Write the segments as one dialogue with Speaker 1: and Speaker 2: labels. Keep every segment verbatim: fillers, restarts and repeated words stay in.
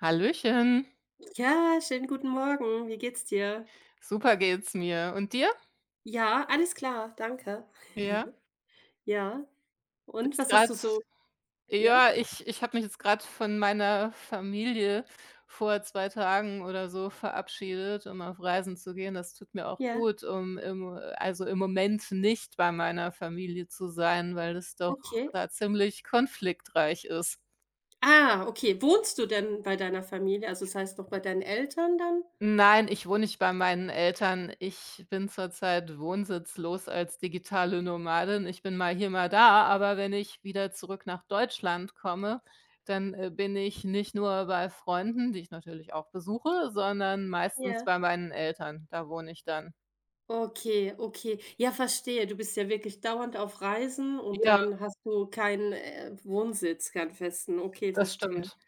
Speaker 1: Hallöchen.
Speaker 2: Ja, schönen guten Morgen. Wie geht's dir?
Speaker 1: Super geht's mir. Und dir?
Speaker 2: Ja, alles klar, danke.
Speaker 1: Ja,
Speaker 2: Ja, und
Speaker 1: bist
Speaker 2: was hast
Speaker 1: grad,
Speaker 2: du so? Ja?
Speaker 1: ja, ich ich habe mich jetzt grad von meiner Familie vor zwei Tagen oder so verabschiedet, um auf Reisen zu gehen. Das tut mir auch
Speaker 2: Ja,
Speaker 1: gut, um im also, im Moment nicht bei meiner Familie zu sein, weil es doch
Speaker 2: okay.
Speaker 1: da ziemlich konfliktreich ist.
Speaker 2: Ah, okay. Wohnst du denn bei deiner Familie? Also, das heißt, noch bei deinen Eltern dann?
Speaker 1: Nein, ich wohne nicht bei meinen Eltern. Ich bin zurzeit wohnsitzlos als digitale Nomadin. Ich bin mal hier, mal da, aber wenn ich wieder zurück nach Deutschland komme, dann, äh, bin ich nicht nur bei Freunden, die ich natürlich auch besuche, sondern meistens
Speaker 2: Ja.
Speaker 1: bei meinen Eltern. Da wohne ich dann.
Speaker 2: Okay, okay. Ja, verstehe. Du bist ja wirklich dauernd auf Reisen und
Speaker 1: Ja,
Speaker 2: dann hast du keinen, äh, Wohnsitz, keinen festen. Okay,
Speaker 1: das
Speaker 2: verstehe.
Speaker 1: stimmt.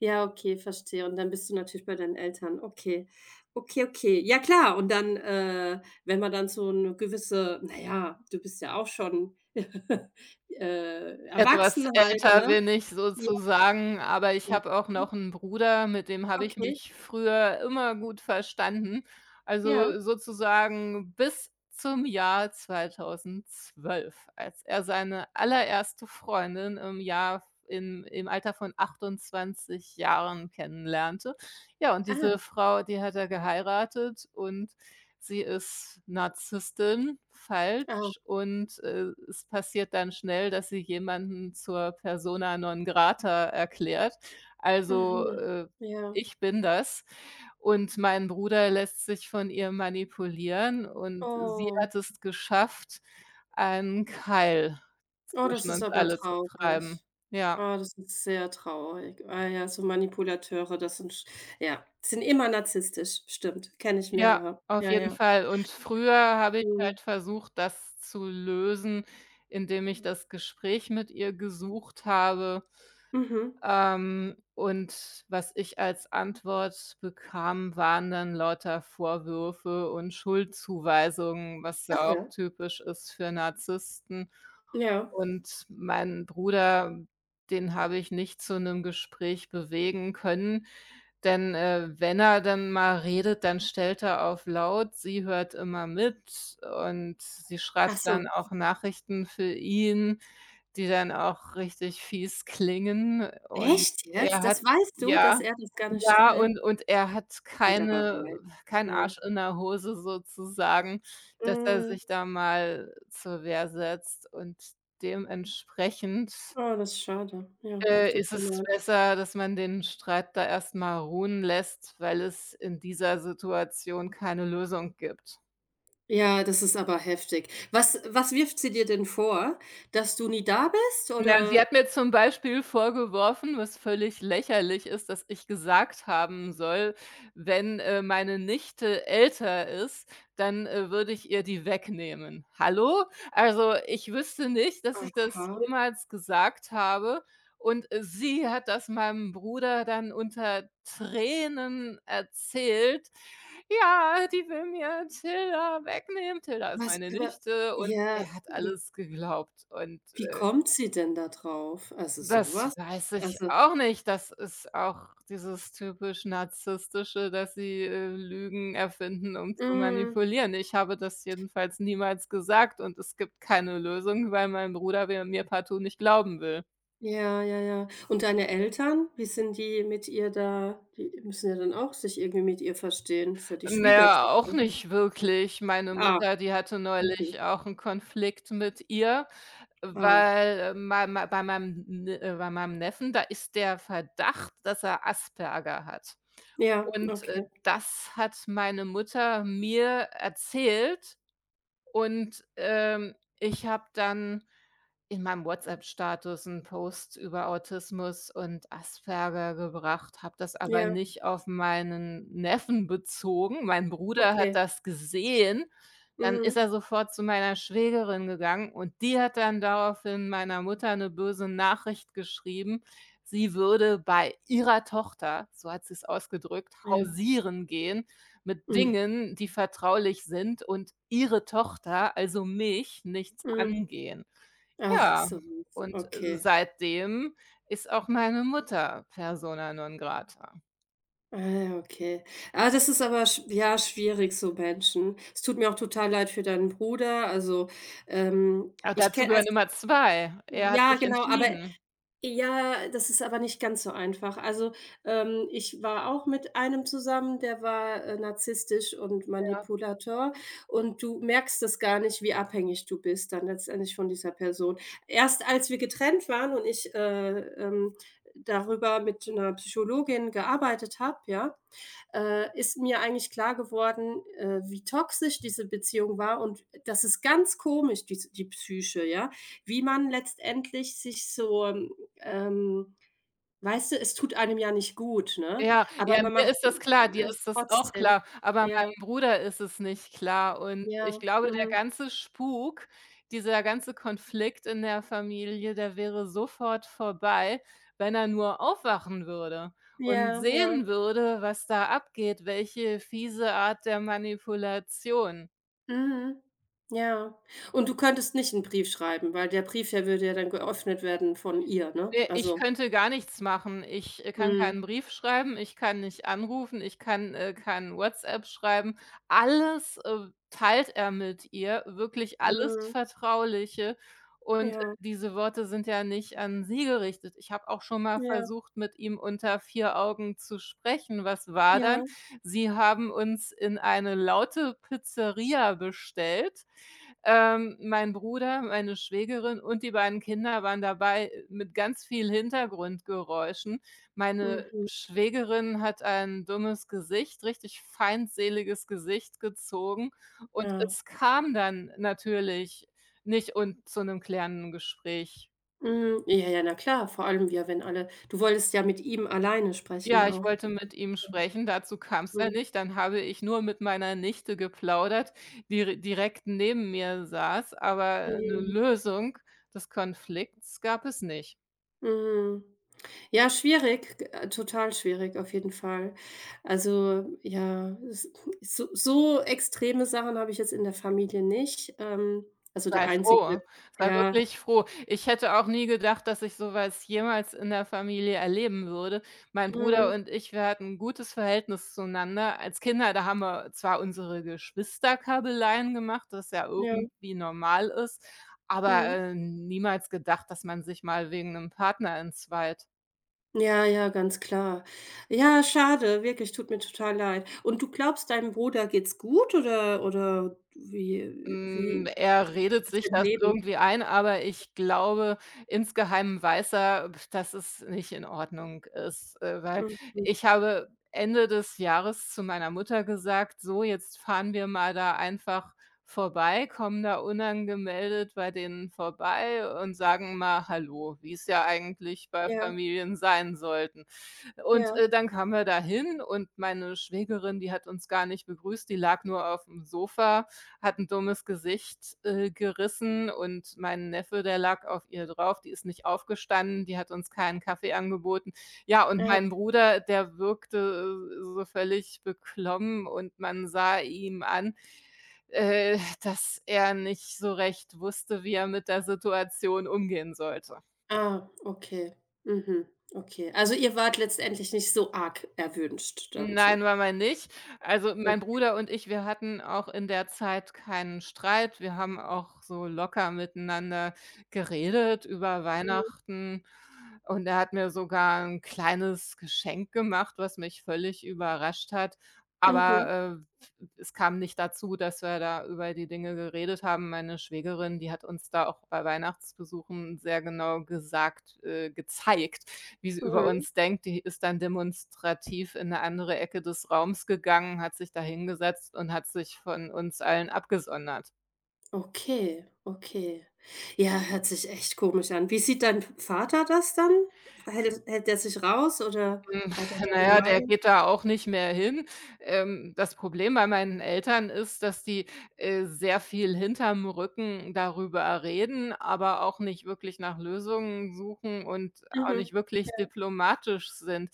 Speaker 2: Ja, okay, verstehe. Und dann bist du natürlich bei deinen Eltern. Okay. Okay, okay. Ja klar, und dann, äh, wenn man dann so eine gewisse, naja, du bist ja auch schon, äh,
Speaker 1: Etwas
Speaker 2: erwachsen halt,
Speaker 1: älter
Speaker 2: ne?
Speaker 1: bin ich
Speaker 2: Ja,
Speaker 1: sozusagen, aber ich habe auch
Speaker 2: erwachsen.
Speaker 1: noch 'n Bruder, mit dem habe ich
Speaker 2: Okay,
Speaker 1: mich früher immer gut verstanden.
Speaker 2: ja.
Speaker 1: Also, sozusagen bis zum Jahr zweitausendzwölf, als er seine allererste Freundin im Jahr im im Alter von achtundzwanzig Jahren kennenlernte. Ja, und
Speaker 2: Ah,
Speaker 1: diese Frau, die hat er geheiratet, und Sie ist Narzisstin,
Speaker 2: ah,
Speaker 1: falsch, und, äh, es passiert dann schnell, dass sie jemanden zur Persona non grata erklärt. Also,
Speaker 2: mhm.
Speaker 1: äh,
Speaker 2: Ja.
Speaker 1: ich bin das, und mein Bruder lässt sich von ihr manipulieren, und sie
Speaker 2: Oh.
Speaker 1: hat es geschafft, einen Keil
Speaker 2: Oh, das
Speaker 1: zwischen
Speaker 2: ist
Speaker 1: uns
Speaker 2: aber
Speaker 1: alle zu treiben.
Speaker 2: traurig.
Speaker 1: Ja.
Speaker 2: Ah, das ist sehr traurig. Ah ja, so Manipulateure, das sind sch ja, sind immer narzisstisch. Stimmt, kenne ich
Speaker 1: Ja,
Speaker 2: mehrere.
Speaker 1: auf
Speaker 2: Ja,
Speaker 1: jeden
Speaker 2: ja.
Speaker 1: Fall. Und früher habe ich
Speaker 2: Mhm.
Speaker 1: halt versucht, das zu lösen, indem ich das Gespräch mit ihr gesucht habe.
Speaker 2: Mhm.
Speaker 1: Ähm, und was ich als Antwort bekam, waren dann lauter Vorwürfe und Schuldzuweisungen, was ja
Speaker 2: Ach
Speaker 1: auch
Speaker 2: ja,
Speaker 1: typisch ist für Narzissten.
Speaker 2: ja.
Speaker 1: Und meinen Bruder, den habe ich nicht zu 'nem Gespräch bewegen können, denn, äh, wenn er dann mal redet, dann stellt er auf laut. Sie hört immer mit, und sie
Speaker 2: Ach
Speaker 1: schreibt
Speaker 2: so.
Speaker 1: dann auch Nachrichten für ihn, die dann auch richtig fies klingen, und
Speaker 2: Echt
Speaker 1: er
Speaker 2: jetzt?
Speaker 1: hat,
Speaker 2: Das weißt du, dass
Speaker 1: ja?
Speaker 2: er das gar nicht
Speaker 1: Ja,
Speaker 2: schreibt?
Speaker 1: und und er hat
Speaker 2: Geht aber
Speaker 1: keine
Speaker 2: bald.
Speaker 1: keinen
Speaker 2: Ja.
Speaker 1: Arsch in der Hose sozusagen, dass er
Speaker 2: Mhm.
Speaker 1: sich da mal zur Wehr setzt, und dementsprechend,
Speaker 2: Oh, das ist schade. Ja,
Speaker 1: äh, ist
Speaker 2: tut mir
Speaker 1: es
Speaker 2: leid.
Speaker 1: besser, dass man den Streit da erst mal ruhen lässt, weil es in dieser Situation keine Lösung gibt.
Speaker 2: Ja, das ist aber heftig. Was was wirft sie dir denn vor? Dass du nie da bist,
Speaker 1: Na, sie
Speaker 2: oder?
Speaker 1: hat mir zum Beispiel vorgeworfen, was völlig lächerlich ist, dass ich gesagt haben soll, wenn, äh, meine Nichte älter ist, dann, äh, würde ich ihr die wegnehmen. Hallo? Also, ich wüsste nicht, dass ich das
Speaker 2: Aha.
Speaker 1: jemals gesagt habe, und, äh, sie hat das meinem Bruder dann unter Tränen erzählt: „Ja, die will mir Tilda wegnehmen." Tilda ist
Speaker 2: Was
Speaker 1: meine
Speaker 2: aber
Speaker 1: Nichte, und
Speaker 2: ja,
Speaker 1: er hat
Speaker 2: wie
Speaker 1: alles geglaubt. Und
Speaker 2: wie kommt sie denn da drauf? Also, so
Speaker 1: das
Speaker 2: was?
Speaker 1: weiß ich
Speaker 2: Also,
Speaker 1: auch nicht. Das ist auch dieses typisch Narzisstische, dass sie, äh, Lügen erfinden, um zu
Speaker 2: mhm.
Speaker 1: manipulieren. Ich habe das jedenfalls niemals gesagt, und es gibt keine Lösung, weil mein Bruder wir mir partout nicht glauben will.
Speaker 2: Ja, ja, ja. Und deine Eltern, wie sind die mit ihr da, die müssen ja dann auch sich irgendwie mit ihr verstehen. Das ist ja die
Speaker 1: Na ja,
Speaker 2: Schwiegertochter.
Speaker 1: auch nicht wirklich. Meine
Speaker 2: Ah,
Speaker 1: Mutter, die hatte
Speaker 2: mhm,
Speaker 1: neulich auch einen Konflikt mit ihr.
Speaker 2: ah.
Speaker 1: Weil, äh, mei mei bei meinem N äh, bei meinem Neffen da ist der Verdacht dass er Asperger hat.
Speaker 2: Ja,
Speaker 1: Und, äh,
Speaker 2: okay.
Speaker 1: das hat meine Mutter mir erzählt, und, ähm, ich habe dann in meinem WhatsApp-Status einen Post über Autismus und Asperger gebracht, habe das aber
Speaker 2: Ja,
Speaker 1: nicht auf meinen Neffen bezogen. Mein Bruder hat
Speaker 2: okay.
Speaker 1: das gesehen, dann ist
Speaker 2: Mhm.
Speaker 1: er sofort zu meiner Schwägerin gegangen, und die hat dann daraufhin meiner Mutter eine böse Nachricht geschrieben, sie würde bei ihrer Tochter, so hat sie es ausgedrückt,
Speaker 2: Ja.
Speaker 1: hausieren gehen mit
Speaker 2: Mhm,
Speaker 1: Dingen, die vertraulich sind und ihre Tochter, also mich, nichts
Speaker 2: mhm.
Speaker 1: angehen.
Speaker 2: Ach
Speaker 1: Ja,
Speaker 2: so,
Speaker 1: und äh,
Speaker 2: okay.
Speaker 1: seitdem ist auch meine Mutter persona non grata.
Speaker 2: Ah ja, okay. Ah, das ist aber sch ja, schwierig, so Menschen. Es tut mir auch total leid für deinen Bruder. Also, ähm,
Speaker 1: Aber
Speaker 2: ich
Speaker 1: dazu
Speaker 2: kenne
Speaker 1: gehören
Speaker 2: als
Speaker 1: immer zwei. Er hat
Speaker 2: ja,
Speaker 1: sich
Speaker 2: genau, aber
Speaker 1: entschieden.
Speaker 2: ja, das ist aber nicht ganz so einfach. Also, ähm, ich war auch mit einem zusammen, der war, äh, narzisstisch und
Speaker 1: Ja.
Speaker 2: Manipulator, und du merkst das gar nicht, wie abhängig du bist dann letztendlich von dieser Person. Erst als wir getrennt waren und ich, äh, ähm, darüber mit einer Psychologin gearbeitet habe, ja, äh, ist mir eigentlich klar geworden, äh, wie toxisch diese Beziehung war, und das ist ganz komisch, dies die Psyche, ja? Wie man letztendlich sich so, ähm ähm, weißt du, es tut einem ja nicht gut, ne?
Speaker 1: Ja,
Speaker 2: Aber
Speaker 1: ja,
Speaker 2: man
Speaker 1: mir
Speaker 2: macht
Speaker 1: ist das klar,
Speaker 2: äh,
Speaker 1: dir
Speaker 2: es
Speaker 1: ist das auch
Speaker 2: trotzdem.
Speaker 1: klar, aber
Speaker 2: Ja,
Speaker 1: meinem Bruder ist es nicht klar, und
Speaker 2: ja,
Speaker 1: ich glaube, der
Speaker 2: mhm.
Speaker 1: ganze Spuk, dieser ganze Konflikt in der Familie, der wäre sofort vorbei, wenn er nur aufwachen würde und
Speaker 2: Ja,
Speaker 1: sehen
Speaker 2: ja,
Speaker 1: würde, was da abgeht, welche fiese Art der Manipulation.
Speaker 2: mhm. Ja. Und du könntest nicht einen Brief schreiben, weil der Brief, der würde ja dann geöffnet werden von ihr, ne?
Speaker 1: Ne, ich
Speaker 2: Also,
Speaker 1: könnte gar nichts machen. Ich, äh, kann
Speaker 2: mhm,
Speaker 1: keinen Brief schreiben, ich kann nicht anrufen, ich kann, äh, kein WhatsApp schreiben. Alles, äh, teilt er mit ihr, wirklich alles
Speaker 2: mhm.
Speaker 1: Vertrauliche. Und, äh,
Speaker 2: Ja,
Speaker 1: diese Worte sind ja nicht an sie gerichtet. Ich habe auch schon mal
Speaker 2: ja,
Speaker 1: versucht, mit ihm unter vier Augen zu sprechen. Was war
Speaker 2: ja,
Speaker 1: dann? Sie haben uns in eine laute Pizzeria bestellt. Ähm, mein Bruder, meine Schwägerin und die beiden Kinder waren dabei, äh, mit ganz viel Hintergrundgeräuschen. Meine
Speaker 2: mhm.
Speaker 1: Schwägerin hat ein dummes Gesicht, richtig feindseliges Gesicht gezogen, und
Speaker 2: Ja.
Speaker 1: es kam dann natürlich nicht und zu 'nem klärenden Gespräch.
Speaker 2: Mhm. Ja, ja, na klar, vor allem, ja, wenn alle du wolltest ja mit ihm alleine sprechen
Speaker 1: Ja, ich
Speaker 2: auch.
Speaker 1: wollte
Speaker 2: Mhm.
Speaker 1: mit ihm sprechen, dazu kam's dann nicht. Dann habe ich nur mit meiner Nichte geplaudert, die r direkt neben mir saß, aber eine
Speaker 2: Mhm.
Speaker 1: Lösung des Konflikts gab es nicht.
Speaker 2: Mhm. Ja, schwierig, g äh, total schwierig auf jeden Fall. Also, ja, es so so extreme Sachen habe ich jetzt in der Familie nicht. Ähm, also, der
Speaker 1: Sei
Speaker 2: einzige
Speaker 1: froh, sei
Speaker 2: ja,
Speaker 1: wirklich froh. Ich hätte auch nie gedacht, dass ich so was jemals in der Familie erleben würde. Mein Bruder
Speaker 2: mhm,
Speaker 1: und ich, wir hatten 'n gutes Verhältnis zueinander. Als Kinder, da haben wir zwar unsere Geschwisterkabeleien gemacht, was ja
Speaker 2: ja,
Speaker 1: irgendwie normal ist, aber,
Speaker 2: mhm.
Speaker 1: äh, niemals gedacht, dass man sich mal wegen 'nem Partner entzweit.
Speaker 2: Ja, ja, ganz klar. Ja, schade, wirklich, tut mir total leid. Und du glaubst, deinem Bruder geht's gut, oder oder wie wie
Speaker 1: Hm, er
Speaker 2: ist
Speaker 1: redet
Speaker 2: das
Speaker 1: sich
Speaker 2: für 'n
Speaker 1: das
Speaker 2: Leben?
Speaker 1: irgendwie ein, aber ich glaube, insgeheim weiß er, dass es nicht in Ordnung ist, äh, weil
Speaker 2: Mhm.
Speaker 1: ich habe Ende des Jahres zu meiner Mutter gesagt: „So, jetzt fahren wir mal da einfach vorbei, kommen da unangemeldet bei denen vorbei und sagen mal hallo", wie's ja eigentlich bei
Speaker 2: Ja,
Speaker 1: Familien sein sollten. Und,
Speaker 2: ja,
Speaker 1: äh, dann kamen wir da hin, und meine Schwägerin, die hat uns gar nicht begrüßt, die lag nur aufm Sofa, hat ein dummes Gesicht, äh, gerissen, und mein Neffe, der lag auf ihr drauf. Die ist nicht aufgestanden, die hat uns keinen Kaffee angeboten. Ja, und
Speaker 2: ja, ja.
Speaker 1: mein Bruder, der wirkte, äh, so völlig beklommen, und man sah ihm an, äh,, dass er nicht so recht wusste, wie er mit der Situation umgehen sollte.
Speaker 2: Ah, okay. Mhm, okay. Also, ihr wart letztendlich nicht so arg erwünscht dann, so.
Speaker 1: Nein, war wir nicht. Also, mein Bruder und ich, wir hatten auch in der Zeit keinen Streit. Wir haben auch so locker miteinander geredet über
Speaker 2: Mhm,
Speaker 1: Weihnachten, und er hat mir sogar ein kleines Geschenk gemacht, was mich völlig überrascht hat.
Speaker 2: mhm,
Speaker 1: Aber, äh, es kam nicht dazu, dass wir da über die Dinge geredet haben. Meine Schwägerin, die hat uns da auch bei Weihnachtsbesuchen sehr genau gesagt äh, gezeigt, wie sie über
Speaker 2: mhm.
Speaker 1: uns denkt. Die ist dann demonstrativ in eine andere Ecke des Raums gegangen, hat sich da hingesetzt und hat sich von uns allen abgesondert.
Speaker 2: Okay, okay. Ja, hört sich echt komisch an. Wie sieht dein Vater das dann? Hält hält der sich raus, oder
Speaker 1: Hm,
Speaker 2: hat er da
Speaker 1: na ja, der
Speaker 2: gemeint?
Speaker 1: geht da auch nicht mehr hin. Ähm, das Problem bei meinen Eltern ist, dass die, äh, sehr viel hinterm Rücken darüber reden, aber auch nicht wirklich nach Lösungen suchen und auch nicht
Speaker 2: Mhm.
Speaker 1: wirklich
Speaker 2: Ja.
Speaker 1: diplomatisch sind.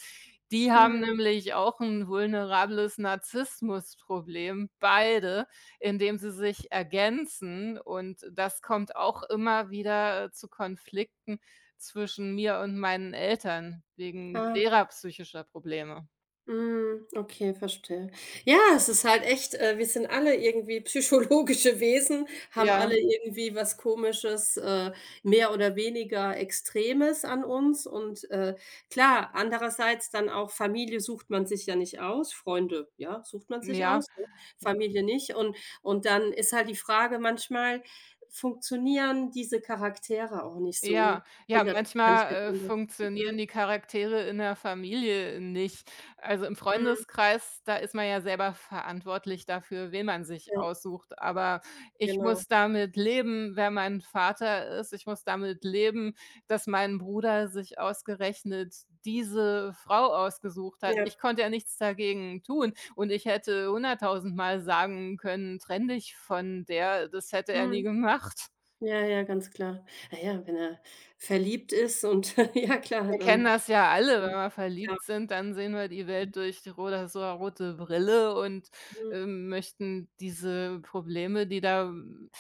Speaker 1: Die haben
Speaker 2: Mhm.
Speaker 1: nämlich auch 'n vulnerables Narzissmusproblem, beide, indem sie sich ergänzen, und das kommt auch immer wieder zu Konflikten zwischen mir und meinen Eltern wegen
Speaker 2: Ah,
Speaker 1: derer psychischer Probleme.
Speaker 2: mhm. Okay, verstehe. Ja, es ist halt echt, äh, wir sind alle irgendwie psychologische Wesen, haben
Speaker 1: Ja,
Speaker 2: alle irgendwie was Komisches, äh, mehr oder weniger Extremes an uns, und, äh, klar, andererseits dann auch, Familie sucht man sich ja nicht aus, Freunde, ja, sucht man sich
Speaker 1: ja.
Speaker 2: aus, ne? Familie nicht, und und dann ist halt die Frage, manchmal funktionieren diese Charaktere auch nicht
Speaker 1: Ja,
Speaker 2: so
Speaker 1: ja,
Speaker 2: hundertprozentig
Speaker 1: manchmal, äh,
Speaker 2: miteinander.
Speaker 1: funktionieren
Speaker 2: Mhm,
Speaker 1: die Charaktere in der Familie nicht. Also, im
Speaker 2: mhm.
Speaker 1: Freundeskreis, da ist man ja selber verantwortlich dafür, wen man sich
Speaker 2: Ja,
Speaker 1: aussucht. Aber ich
Speaker 2: genau.
Speaker 1: muss damit leben, wer mein Vater ist. Ich muss damit leben, dass mein Bruder sich ausgerechnet diese Frau ausgesucht hat.
Speaker 2: Ja.
Speaker 1: Ich konnte ja nichts dagegen tun, und ich hätte hunderttausendmal sagen können: „Trenn dich von der." Das hätte er nie
Speaker 2: Mhm.
Speaker 1: gemacht.
Speaker 2: Ja, ja, ganz klar. Na ja, wenn er verliebt ist und ja klar,
Speaker 1: Wir kennen
Speaker 2: dann,
Speaker 1: das ja alle, wenn
Speaker 2: hm,
Speaker 1: wir
Speaker 2: klar,
Speaker 1: verliebt sind, dann sehen wir die Welt durch die rosa so eine rote Brille und,
Speaker 2: mhm,
Speaker 1: ähm, möchten diese Probleme, die da ähm,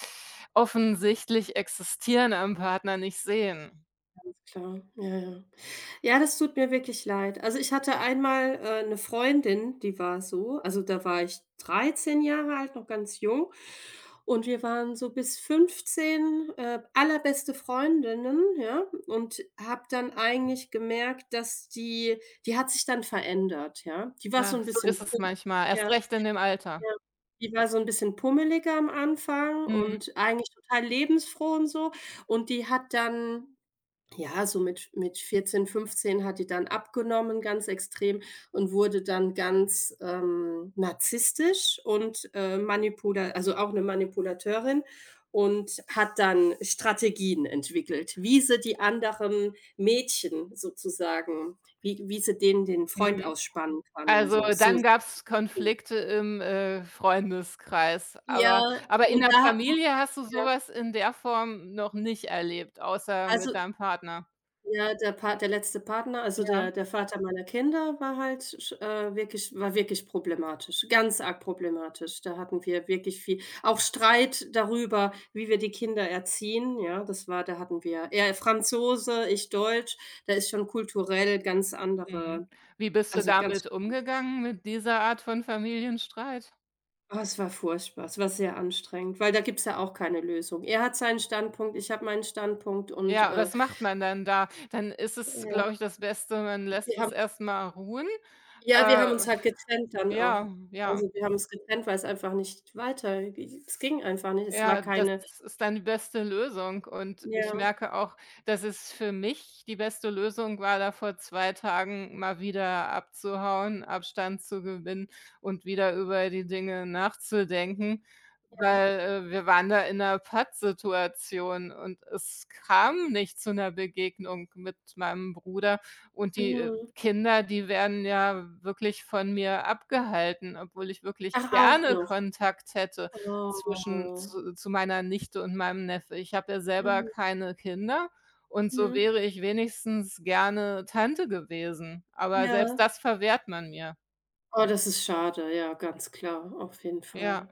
Speaker 1: offensichtlich existieren am Partner, nicht sehen.
Speaker 2: klar, ja, ja. Ja, das tut mir wirklich leid. Also, ich hatte einmal, äh, 'ne Freundin, die war so, also, da war ich dreizehn Jahre alt, noch ganz jung, und wir waren so bis fünfzehn, äh, allerbeste Freundinnen, ja? Und habe dann eigentlich gemerkt, dass die die hat sich dann verändert, ja? Die war so
Speaker 1: Ja,
Speaker 2: ein
Speaker 1: so ist
Speaker 2: bisschen
Speaker 1: es
Speaker 2: pum
Speaker 1: manchmal, erst
Speaker 2: ja,
Speaker 1: recht in dem Alter.
Speaker 2: ja. Die war so ein bisschen pummeliger am Anfang
Speaker 1: Mhm,
Speaker 2: und eigentlich total lebensfroh und so, und die hat dann, ja, so mit mit vierzehn, fünfzehn hat die dann abgenommen, ganz extrem, und wurde dann ganz, ähm, narzisstisch und, äh, manipula also auch eine Manipulateurin, und hat dann Strategien entwickelt, wie sie die anderen Mädchen sozusagen, wie wie sie denen den Freund
Speaker 1: mhm.
Speaker 2: ausspannen kann, und
Speaker 1: Also,
Speaker 2: so. So
Speaker 1: dann gab es Konflikte im, äh, Freundeskreis,
Speaker 2: ja,
Speaker 1: aber aber in
Speaker 2: und
Speaker 1: der
Speaker 2: da,
Speaker 1: Familie hast du
Speaker 2: ja,
Speaker 1: sowas in der Form noch nicht erlebt, außer mit
Speaker 2: also,
Speaker 1: deinem Partner.
Speaker 2: ja, der Part der letzte Partner, also der
Speaker 1: Ja.
Speaker 2: der Vater meiner Kinder war halt sch äh, wirklich, war wirklich problematisch, ganz arg problematisch. Da hatten wir wirklich viel auch Streit darüber, wie wir die Kinder erziehen, ja, das war da hatten wir, er Franzose, ich Deutsch, da ist schon kulturell ganz
Speaker 1: Mhm.
Speaker 2: andere,
Speaker 1: Wie bist du
Speaker 2: also ganz,
Speaker 1: damit umgegangen mit dieser Art von Familienstreit?
Speaker 2: oh, es war furchtbar, es war sehr anstrengend, weil da gibt's ja auch keine Lösung. Er hat seinen Standpunkt, ich habe meinen Standpunkt, und,
Speaker 1: Ja,
Speaker 2: äh,
Speaker 1: was macht man dann da? Dann ist es,
Speaker 2: ja,
Speaker 1: glaube ich, das Beste, man lässt
Speaker 2: wir
Speaker 1: es erst mal ruhen.
Speaker 2: Ja, wir
Speaker 1: Äh,
Speaker 2: haben uns halt getrennt dann
Speaker 1: ja,
Speaker 2: auch.
Speaker 1: ja.
Speaker 2: Also, wir haben uns getrennt, weil's einfach nicht weiter g es ging einfach nicht. Es war
Speaker 1: Ja, das
Speaker 2: keine,
Speaker 1: ist dann die beste Lösung, und
Speaker 2: ja,
Speaker 1: ich merke auch, dass es für mich die beste Lösung war, da vor zwei Tagen mal wieder abzuhauen, Abstand zu gewinnen und wieder über die Dinge nachzudenken, weil, äh, wir waren da in 'ner Pattsituation, und es kam nicht zu einer Begegnung mit meinem Bruder, und die, äh,
Speaker 2: mhm.
Speaker 1: Kinder, die werden ja wirklich von mir abgehalten, obwohl ich wirklich
Speaker 2: Ach, auch
Speaker 1: gerne
Speaker 2: noch.
Speaker 1: Kontakt hätte zwischen
Speaker 2: Oh.
Speaker 1: zu zu meiner Nichte und meinem Neffe. Ich habe ja selber
Speaker 2: Mhm,
Speaker 1: keine Kinder, und so
Speaker 2: mhm.
Speaker 1: wäre ich wenigstens gerne Tante gewesen, aber selbst
Speaker 2: Ja.
Speaker 1: das verwehrt man mir.
Speaker 2: Oh, das ist schade, ja, ganz klar, auf jeden
Speaker 1: Ja.
Speaker 2: Fall.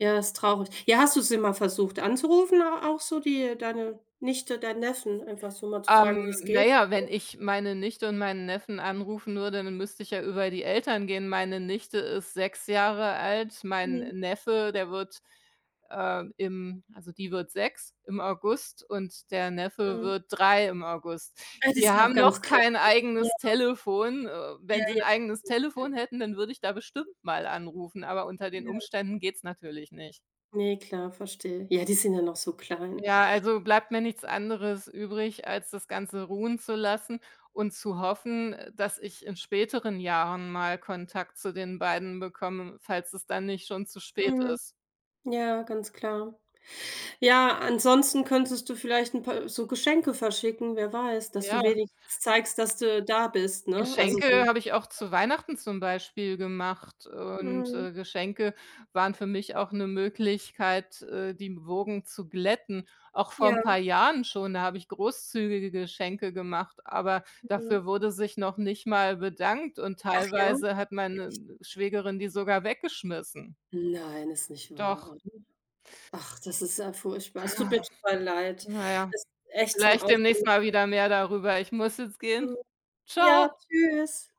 Speaker 2: Ja, ist traurig. Ja, hast du sie mal versucht anzurufen, a auch so, die deine Nichte, deinen Neffen, einfach so mal zu
Speaker 1: Ähm,
Speaker 2: fragen, wie's
Speaker 1: na
Speaker 2: geht oder
Speaker 1: ja, wenn
Speaker 2: so?
Speaker 1: ich meine Nichte und meinen Neffen anrufen würde, dann müsste ich ja über die Eltern gehen. Meine Nichte ist sechs Jahre alt, mein
Speaker 2: Mhm,
Speaker 1: Mhm. Neffe, der wird, äh, im also die wird sechs im August, und der Neffe
Speaker 2: mhm.
Speaker 1: wird drei im August.
Speaker 2: Ah, die
Speaker 1: Die
Speaker 2: sind noch
Speaker 1: haben noch
Speaker 2: ganz klein.
Speaker 1: kein
Speaker 2: Ja,
Speaker 1: eigenes Telefon. Äh, wenn sie ein
Speaker 2: ja,
Speaker 1: eigenes Telefon hätten, dann würde ich da bestimmt mal anrufen, aber unter den
Speaker 2: ja.
Speaker 1: Umständen geht's natürlich nicht.
Speaker 2: Ne, klar, verstehe. Ja, die sind ja noch so klein.
Speaker 1: Ja, also bleibt mir nichts anderes übrig, als das Ganze ruhen zu lassen und zu hoffen, äh, dass ich in späteren Jahren mal Kontakt zu den beiden bekomme, falls es dann nicht schon zu spät
Speaker 2: Mhm.
Speaker 1: ist.
Speaker 2: Ja, ganz klar. Ja, ansonsten könntest du vielleicht 'n paar so Geschenke verschicken, wer weiß, dass
Speaker 1: Ja.
Speaker 2: du wenigstens zeigst, dass du da bist, ne? Also, so,
Speaker 1: Geschenke habe ich auch zu Weihnachten zum Beispiel gemacht, und,
Speaker 2: mhm,
Speaker 1: äh, Geschenke waren für mich auch 'ne Möglichkeit, äh,, die Wogen zu glätten. Auch vor
Speaker 2: ja,
Speaker 1: 'n paar Jahren schon, da habe ich großzügige Geschenke gemacht, aber
Speaker 2: mhm.
Speaker 1: dafür wurde sich noch nicht mal bedankt, und
Speaker 2: Ach ja,
Speaker 1: teilweise hat meine
Speaker 2: echt?
Speaker 1: Schwägerin die sogar weggeschmissen.
Speaker 2: Nein, ist nicht wahr,
Speaker 1: Doch.
Speaker 2: oder? Ach, das ist ja furchtbar. Es tut mir total leid.
Speaker 1: Na ja,
Speaker 2: Es ist echt zum
Speaker 1: vielleicht demnächst
Speaker 2: Aufregen.
Speaker 1: mal wieder mehr darüber. Ich muss jetzt gehen.
Speaker 2: Mhm. Ja,
Speaker 1: Tschau.
Speaker 2: tschüss.